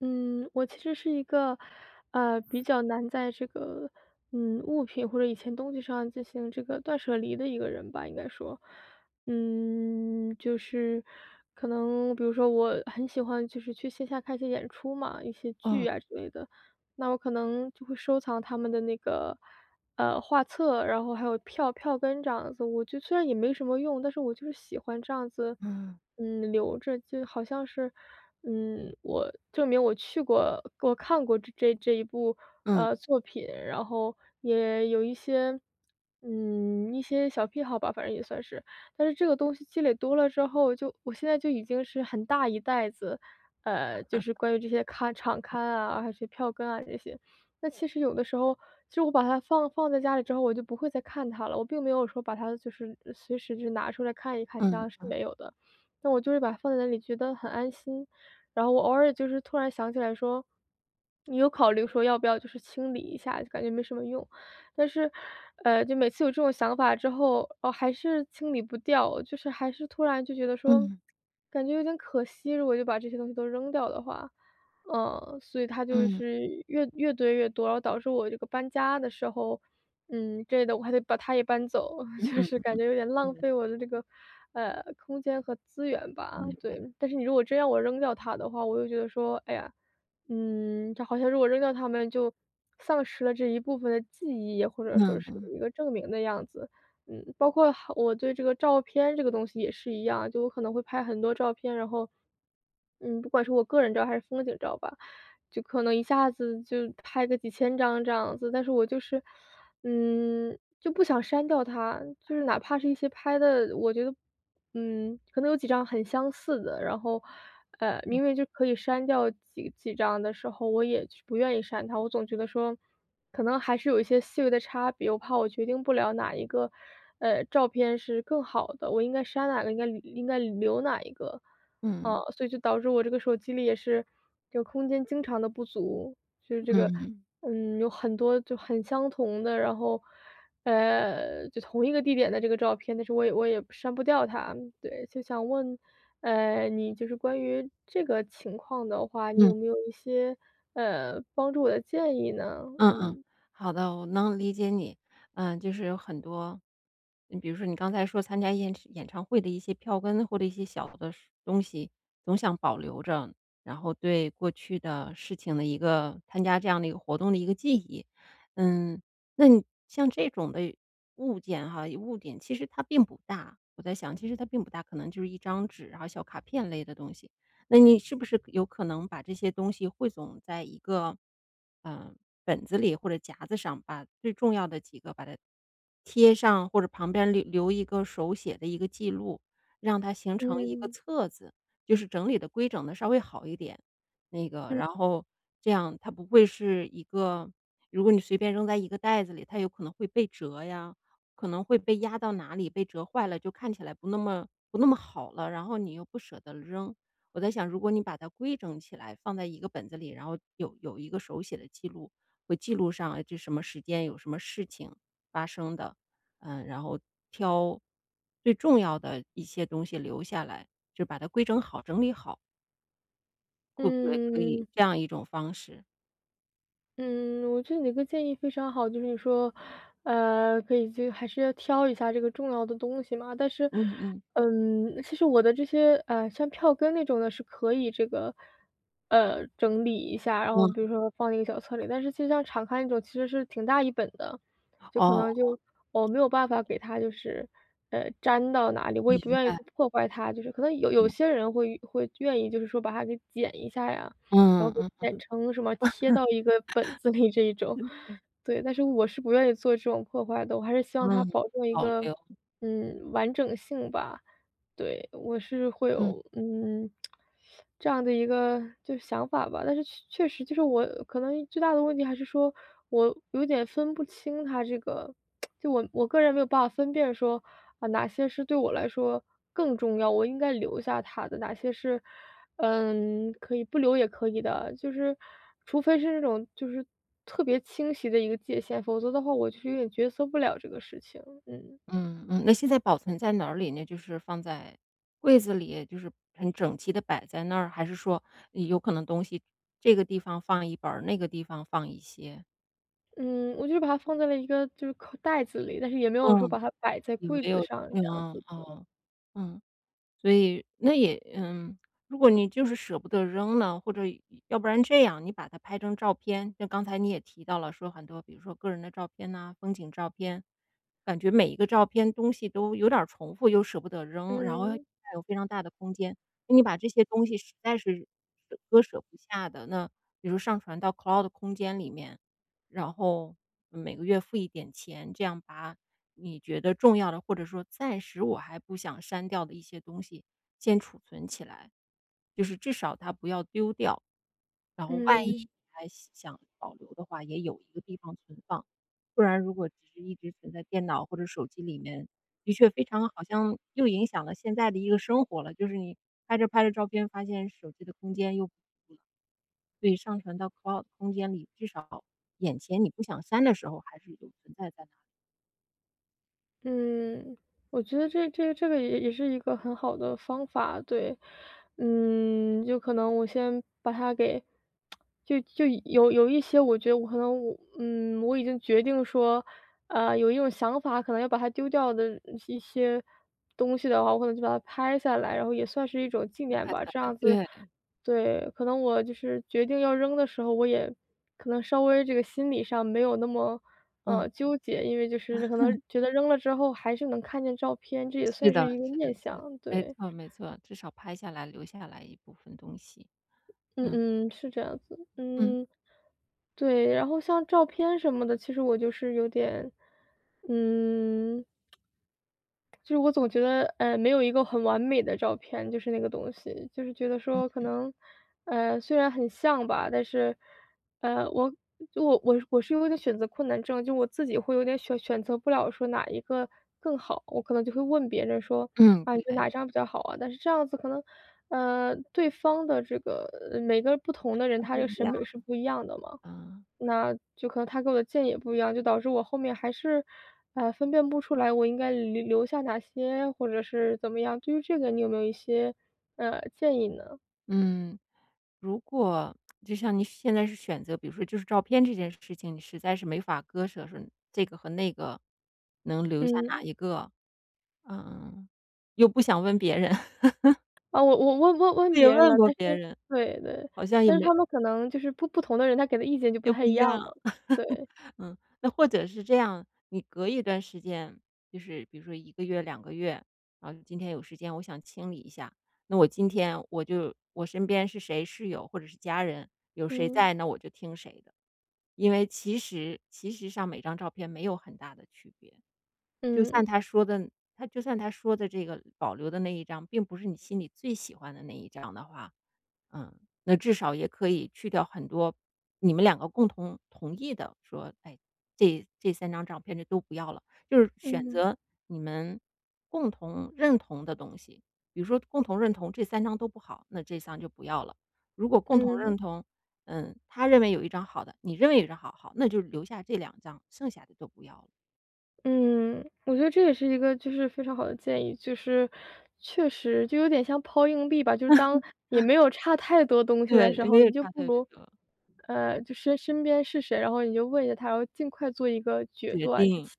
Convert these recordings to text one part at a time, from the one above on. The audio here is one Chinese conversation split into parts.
嗯，我其实是一个，比较难在这个，物品或者以前东西上进行这个断舍离的一个人吧，应该说，就是可能比如说我很喜欢就是去线下看一些演出嘛，一些剧嗯啊之类的，那我可能就会收藏他们的那个，画册，然后还有票根这样子，我就虽然也没什么用，但是我就是喜欢这样子。嗯留着，就好像是，我证明我去过，我看过这一部嗯作品，然后也有一些，一些小癖好吧，反正也算是。但是这个东西积累多了之后，就我现在就已经是很大一袋子，就是关于这些场刊啊，还是票根啊这些。那其实有的时候，其实我把它放在家里之后，我就不会再看它了。我并没有说把它就是随时就拿出来看一看，这样是嗯没有的。但我就是把它放在那里觉得很安心，然后我偶尔就是突然想起来说，你有考虑说要不要就是清理一下，就感觉没什么用。但是，就每次有这种想法之后，哦，还是清理不掉，就是还是突然就觉得说，嗯感觉有点可惜，如果就把这些东西都扔掉的话。所以它就嗯是越堆越多，然后导致我这个搬家的时候，这的我还得把它也搬走，嗯就嗯是嗯感嗯觉有点浪费我的这个，空间和资源吧，嗯对。但是你如果真让我扔掉它的话，我又觉得说，哎呀，这好像如果扔掉它们就丧失了这一部分的记忆，或者说是嗯一个证明的样子。包括好我对这个照片这个东西也是一样，就我可能会拍很多照片，然后，不管是我个人照还是风景照吧，就可能一下子就拍个几千张这样子。但是我就是，就不想删掉它，就是哪怕是一些拍的，我觉得，可能有几张很相似的，然后，明明就可以删掉几张的时候，我也就是不愿意删它，我总觉得说可能还是有一些细微的差别，我怕我决定不了哪一个，照片是更好的，我应该删哪个，应该留哪一个，嗯啊，所以就导致我这个手机里也是这个空间经常的不足，就是这个，嗯有很多就很相同的，然后，就同一个地点的这个照片，但是我也删不掉它，对，就想问你就是关于这个情况的话，你嗯。有没有一些帮助我的建议呢？嗯嗯，嗯。好的，我能理解你。嗯，就是有很多，你比如说你刚才说参加演唱会的一些票根或者一些小的事东西，总想保留着，然后对过去的事情的一个参加这样的一个活动的一个记忆。嗯，那你像这种的物件哈，物品其实它并不大，我在想，其实它并不大，可能就是一张纸，然后小卡片类的东西。那你是不是有可能把这些东西汇总在一个，嗯呃本子里或者夹子上，把最重要的几个把它贴上，或者旁边留一个手写的一个记录，让它形成一个嗯册子，就是整理的规整的稍微好一点。那个，嗯然后这样它不会是一个如果你随便扔在一个袋子里，它有可能会被折呀，可能会被压到哪里，被折坏了，就看起来不那么好了，然后你又不舍得扔。我在想，如果你把它规整起来，放在一个本子里，然后有一个手写的记录，会记录上，哎这什么时间有什么事情发生的，嗯，然后挑最重要的一些东西留下来，就把它规整好、整理好，会不会可嗯。以这样一种方式？嗯，我觉得你这个建议非常好，就是你说，可以就还是要挑一下这个重要的东西嘛。但是，嗯嗯，其实我的这些，像票根那种的是可以这个，整理一下，然后嗯，比如说放一个小册里。但是其实像敞开那种其实是挺大一本的，就可哦，能就我没有办法给它就是，粘到哪里，我也不明愿意白去了，破坏它。就是可能有些人会愿意，就是说把它给剪一下呀，然嗯后给嗯剪成什么贴到一个本子里这一种。对，但是我是不愿意做这种破坏的，我还是希望嗯，它保证一保个，留，完整性吧。对，我是会嗯。有，这样的一个就是想法吧，但是确实就是我可能最大的问题还是说我有点分不清它这个就我个人没有办法分辨说，啊，哪些是对我来说更重要，我应该留下他的，哪些是，可以不留也可以的，就是除非是那种就是特别清晰的一个界限，否则的话我就是有点角色不了这个事情，嗯。嗯嗯，那现在保存在哪里呢？就是放在柜子里，就是很整齐的摆在那儿，还是说有可能东西这个地方放一本儿，那个地方放一些？嗯，我就把它放在了一个就是口袋子里，但是也没有说嗯。把它摆在有柜没子有上嗯，这样子的。哦，嗯。所以那也嗯，如果你就是舍不得扔呢，或者要不然这样，你把它拍成照片，就刚才你也提到了，说很多比如说个人的照片呐、风景照片，感觉每一个照片东西都有点儿重复，又舍不得扔，然后还嗯，有非常大的空间。那你把这些东西实在是舍割舍不下的，那比如上传到 Cloud 空间里面，然后每个月付一点钱，这样把你觉得重要的，或者说暂时我还不想删掉的一些东西，先储存起来，就是至少它不要丢掉。然后万一你嗯。还想保留的话，也有一个地方存放。不然如果只是一直存在电脑或者手机里面，的确非常好像又影响了现在的一个生活了，就是你拍着拍着照片，发现手机的空间又不足了。所以上传到 Cloud 空间里，至少眼前你不想删的时候还是有存在在那。嗯。我觉得这个也是一个很好的方法，对。就可能我先把它给就有一些我觉得我可能我已经决定说，有一种想法可能要把它丢掉的一些东西的话，我可能就把它拍下来，然后也算是一种纪念拍吧，下这来，样子对，对，可能我就是决定要扔的时候，我也可能稍微这个心理上没有那么嗯，纠结，因为就是可能觉得扔了之后还是能看见照片，这也是算是的一个是念的是，想，没对。错没错，至少拍下来留下来一部分东西，嗯嗯，嗯，是这样子，嗯，嗯。对，然后像照片什么的，其实我就是有点嗯。就是我总觉得，没有一个很完美的照片，就是那个东西，就是觉得说可能，虽然很像吧，但是，我就我我我是有点选择困难症，就我自己会有点选择不了说哪一个更好，我可能就会问别人说，嗯，啊，你对，觉得哪张比较好啊？但是这样子可能，对方的这个每个不同的人，他不这个一审样美是不一样的嘛。啊，那就可能他给我的建议也不一样，就导致我后面还是，分辨不出来我应该留下哪些，或者是怎么样。对于这个你有没有一些，建议呢？嗯，如果就像你现在是选择，比如说就是照片这件事情，你实在是没法割舍，说这个和那个能留下哪嗯，一个，嗯，又不想问别人，啊，我问也别人了，问过但别是人，对对，好像也但是没他们可能就是不同的人，他给的意见就不又太不一一样嘛。样。对，嗯，那或者是这样，你隔一段时间，就是比如说一个月、两个月，然后今天有时间，我想清理一下，那我今天我就我身边是谁室友或者是家人，有谁嗯，在，那我就听谁的。因为其实上每张照片没有很大的区别，就算嗯，他说的他就算他说的这个保留的那一张，并不是你心里最喜欢的那一张的话，嗯，那至少也可以去掉很多你们两个共同同意的，说，哎，这这三张照片就都不要了，就是选嗯。择你们共同认同的东西。比如说共同认同这三张都不好，那这张就不要了。如果共同嗯。认同，嗯，他认为有一张好的，你认为有一张好，好，那就留下这两张，剩下的都不要了 嗯，我觉得这也是一个就是非常好的建议，就是确实就有点像抛硬币吧，就是当 也没有差太多东西对，的时因候，为你就他不的这如，个就身边是谁，然后你就问一下他，然后尽快做一个决决断，定，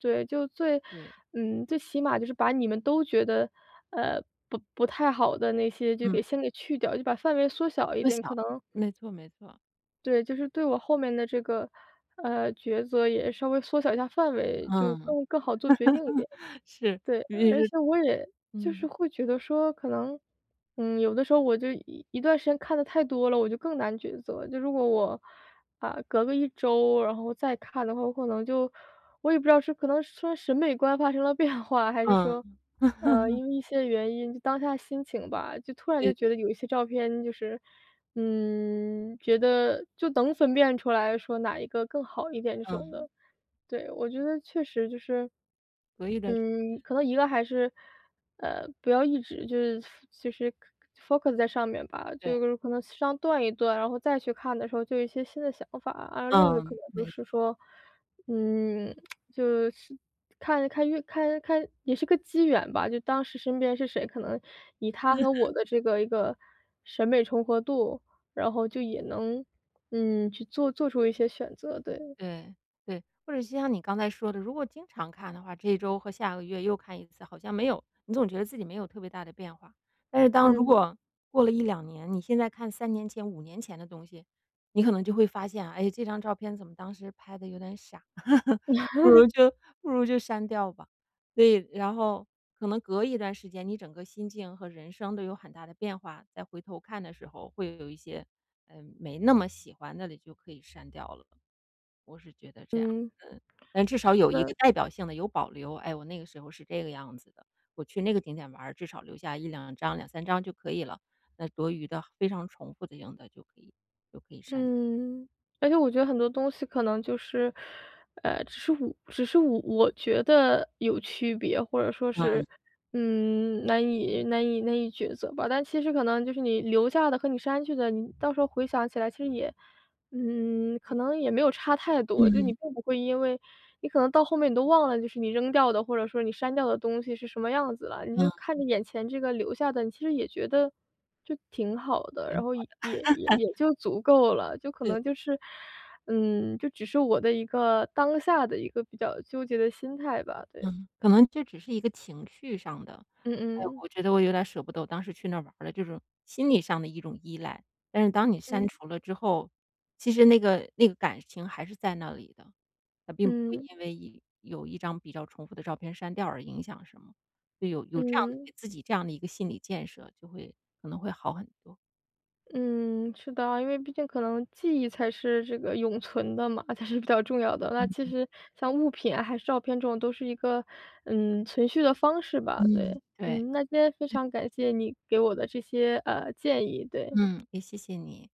对，就最对，嗯，最起码就是把你们都觉得，呃，不太好的那些就嗯，给先给去掉，就把范围缩小一缩小，点，可能没错没错，对，就是对我后面的这个，抉择也稍微缩小一下范围，就嗯，更好做决定一点。是，对，尤其而是且我也就是嗯。会觉得说，可能，有的时候我就一段时间看的太多了，我就更难抉择。就如果我啊，隔个一周，然后再看的话，我可能就我也不知道是可能说审美观发生了变化，还是嗯，说，因为一些原因，就当下心情吧，就突然对就觉对，得有一些照片就是，觉得就能分辨出来说哪一个更好一点这种嗯，的。对，我觉得确实就是隔一段时可能一个还是，不要一直就是就是 focus 在上面吧，对，就是可能上断一断，然后再去看的时候就有一些新的想法。啊，另一个可嗯，能就没是错，说，嗯，就是看看越看看也是个机缘吧，就当时身边是谁，可能以他和我的这个一个审美重合度，然后就也能，去做出一些选择，对，对，对。或者就像你刚才说的，如果经常看的话，这一周和下个月又看一次，好像没有你总觉得自己没有特别大的变化。但是当如嗯，果过了一两年，你现在看三年前、五年前的东西，你可能就会发现啊，哎，这张照片怎么当时拍的有点傻。不如就不如就删掉吧。所以然后可能隔一段时间，你整个心境和人生都有很大的变化，再回头看的时候会有一些，嗯，没那么喜欢的，你就可以删掉了。我是觉得这样，但至少是有一个的。代表性的有保留，哎，我那个时候是这个样子的，我去那个景点玩儿，至少留下一两张、两三张就可以了，那多余的非常重复的用的就可以删掉。嗯，而且我觉得很多东西可能就是，只是我觉得有区别，或者说嗯，是，难以抉择吧。但其实可能就是你留下的和你删去的，你到时候回想起来，其实也可能也没有差太多，就你嗯并不会因为你可能到后面你都忘了，就是你扔掉的，或者说你删掉的东西是什么样子了，你嗯，就嗯，看着眼前这个留下的，你其实也觉得就挺好的，然后也就足够了，就可对。能就是，就只是我的一个当下的一个比较纠结的心态吧，对，嗯，可能这只是一个情绪上的，嗯哎呦嗯我觉得我有点儿舍不得，我当时去那儿玩儿了，就是心理上的一种依赖。但是当你删嗯除了之后，其实那个感情还是在那里的，它并不会嗯因为一有一张比较重复的照片删掉而影响什么。就有这样的嗯。给自己这样的一个心理建设，就会可能会好很多。嗯，是的啊因为毕竟可能记忆才是这个永存的嘛，才是比较重要的。那其嗯实像物品啊，还是照片这种都是一个，存续的方式吧，嗯。对。对，那今天非常感谢你给我的这些，建议，对。嗯，也谢谢你。